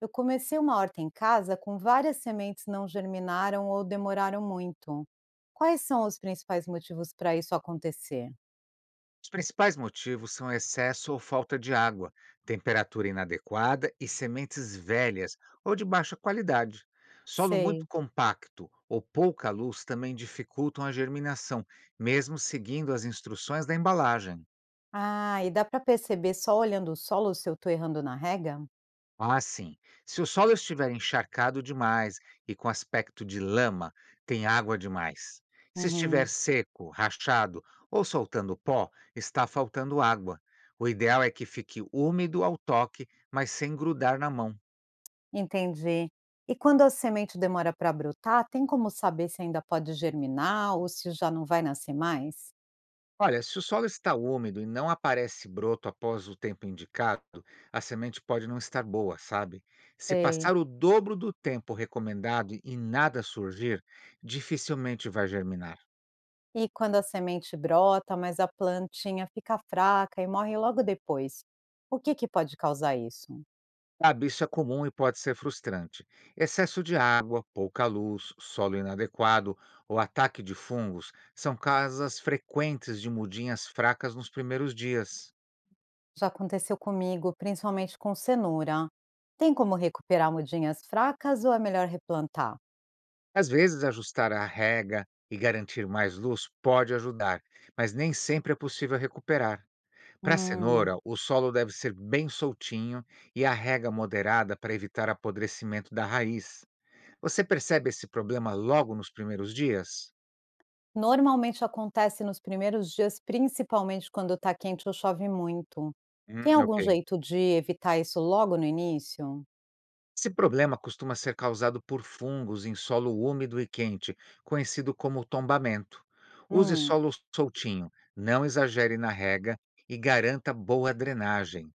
Eu comecei uma horta em casa com várias sementes não germinaram ou demoraram muito. Quais são os principais motivos para isso acontecer? Os principais motivos são excesso ou falta de água, temperatura inadequada e sementes velhas ou de baixa qualidade. Solo muito Sei. compacto ou pouca luz também dificultam a germinação, mesmo seguindo as instruções da embalagem. Ah, e dá para perceber só olhando o solo se eu estou errando na rega? Ah, sim. Se o solo estiver encharcado demais e com aspecto de lama, tem água demais. Se Uhum, estiver seco, rachado ou soltando pó, está faltando água. O ideal é que fique úmido ao toque, mas sem grudar na mão. entendi. E quando a semente demora para brotar, tem como saber se ainda pode germinar ou se já não vai nascer mais? Olha, se o solo está úmido e não aparece broto após o tempo indicado, a semente pode não estar boa, sabe? Se Sei. passar o dobro do tempo recomendado e nada surgir, dificilmente vai germinar. E quando a semente brota, mas a plantinha fica fraca e morre logo depois, o que que pode causar isso? Sabe, isso é comum e pode ser frustrante. Excesso de água, pouca luz, solo inadequado ou ataque de fungos são causas frequentes de mudinhas fracas nos primeiros dias. Já aconteceu comigo, principalmente com cenoura. Tem como recuperar mudinhas fracas ou é melhor replantar? Às vezes, ajustar a rega e garantir mais luz pode ajudar, mas nem sempre é possível recuperar. Para a Hum, cenoura, o solo deve ser bem soltinho e a rega moderada para evitar apodrecimento da raiz. Você percebe esse problema logo nos primeiros dias? normalmente acontece nos primeiros dias, principalmente quando está quente ou chove muito. Tem algum Ok. jeito de evitar isso logo no início? Esse problema costuma ser causado por fungos em solo úmido e quente, conhecido como tombamento. Use Hum, solo soltinho, não exagere na rega e garanta boa drenagem.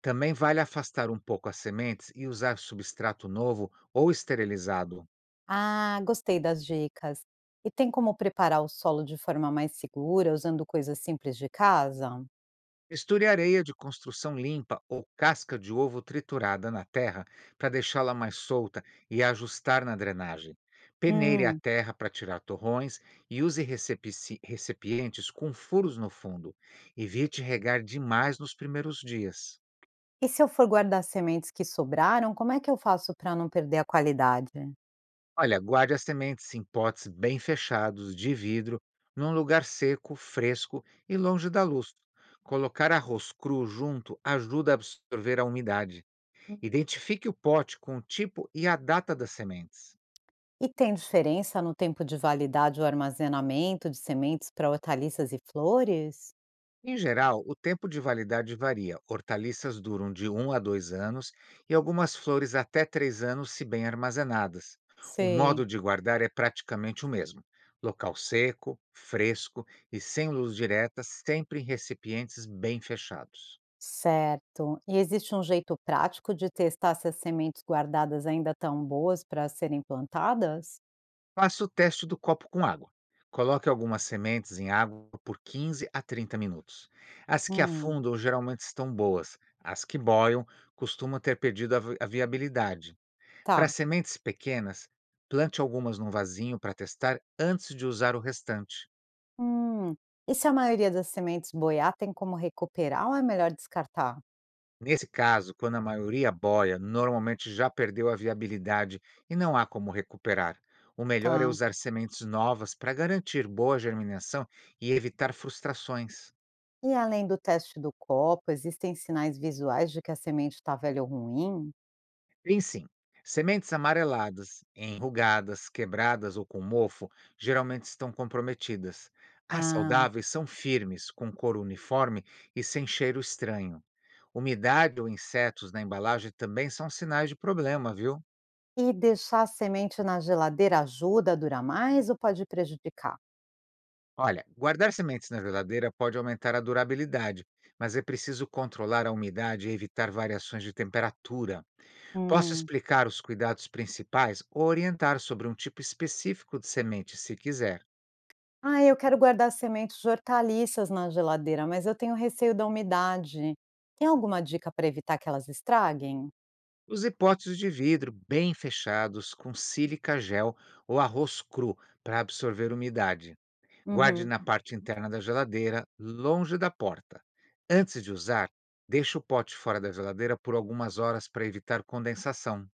Também vale afastar um pouco as sementes e usar substrato novo ou esterilizado. ah, gostei das dicas. E tem como preparar o solo de forma mais segura, usando coisas simples de casa? Misture areia de construção limpa ou casca de ovo triturada na terra para deixá-la mais solta e ajustar na drenagem. Peneire a Hum, terra para tirar torrões e use recipientes com furos no fundo. Evite regar demais nos primeiros dias. e se eu for guardar sementes que sobraram, como é que eu faço para não perder a qualidade? Olha, guarde as sementes em potes bem fechados, de vidro, num lugar seco, fresco e longe da luz. Colocar arroz cru junto ajuda a absorver a umidade. Identifique o pote com o tipo e a data das sementes. E tem diferença no tempo de validade ou armazenamento de sementes para hortaliças e flores? Em geral, o tempo de validade varia. Hortaliças duram de um a 2 anos e algumas flores até 3 anos, se bem armazenadas. O Sei. modo de guardar é praticamente o mesmo: local seco, fresco e sem luz direta, sempre em recipientes bem fechados. Certo. E existe um jeito prático de testar se as sementes guardadas ainda estão boas para serem plantadas? Faça o teste do copo com água. Coloque algumas sementes em água por 15 a 30 minutos. As que Hum, afundam geralmente estão boas, as que boiam costumam ter perdido a a viabilidade. Para tá. sementes pequenas, plante algumas num vasinho para testar antes de usar o restante. Hum. E se a maioria das sementes boiar, tem como recuperar ou é melhor descartar? Nesse caso, quando a maioria boia, normalmente já perdeu a viabilidade e não há como recuperar. O melhor é Tá. usar sementes novas para garantir boa germinação e evitar frustrações. E além do teste do copo, existem sinais visuais de que a semente está velha ou ruim? Tem sim. Sementes amareladas, enrugadas, quebradas ou com mofo geralmente estão comprometidas. As Ah. saudáveis são firmes, com cor uniforme e sem cheiro estranho. Umidade ou insetos na embalagem também são sinais de problema, viu? E deixar a semente na geladeira ajuda a durar mais ou pode prejudicar? Olha, guardar sementes na geladeira pode aumentar a durabilidade, mas é preciso controlar a umidade e evitar variações de temperatura. Posso Hum, explicar os cuidados principais ou orientar sobre um tipo específico de semente, se quiser. Ah, eu quero guardar sementes de hortaliças na geladeira, mas eu tenho receio da umidade. Tem alguma dica para evitar que elas estraguem? Os hipóteses de vidro bem fechados com sílica gel ou arroz cru para absorver umidade. Guarde Uhum, na parte interna da geladeira, longe da porta. Antes de usar, deixe o pote fora da geladeira por algumas horas para evitar condensação.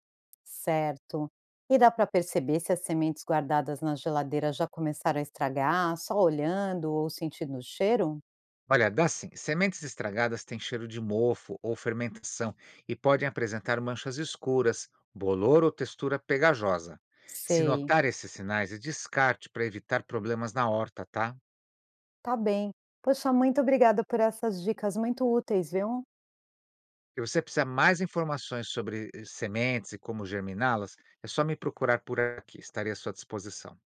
certo. E dá para perceber se as sementes guardadas na geladeira já começaram a estragar, só olhando ou sentindo o cheiro? Olha, dá sim. Sementes estragadas têm cheiro de mofo ou fermentação e podem apresentar manchas escuras, bolor ou textura pegajosa. Se Sei. notar esses sinais, descarte para evitar problemas na horta, tá? Tá bem. Poxa, muito obrigada por essas dicas muito úteis, viu? Se você precisar mais informações sobre sementes e como germiná-las, é só me procurar por aqui, estarei à sua disposição.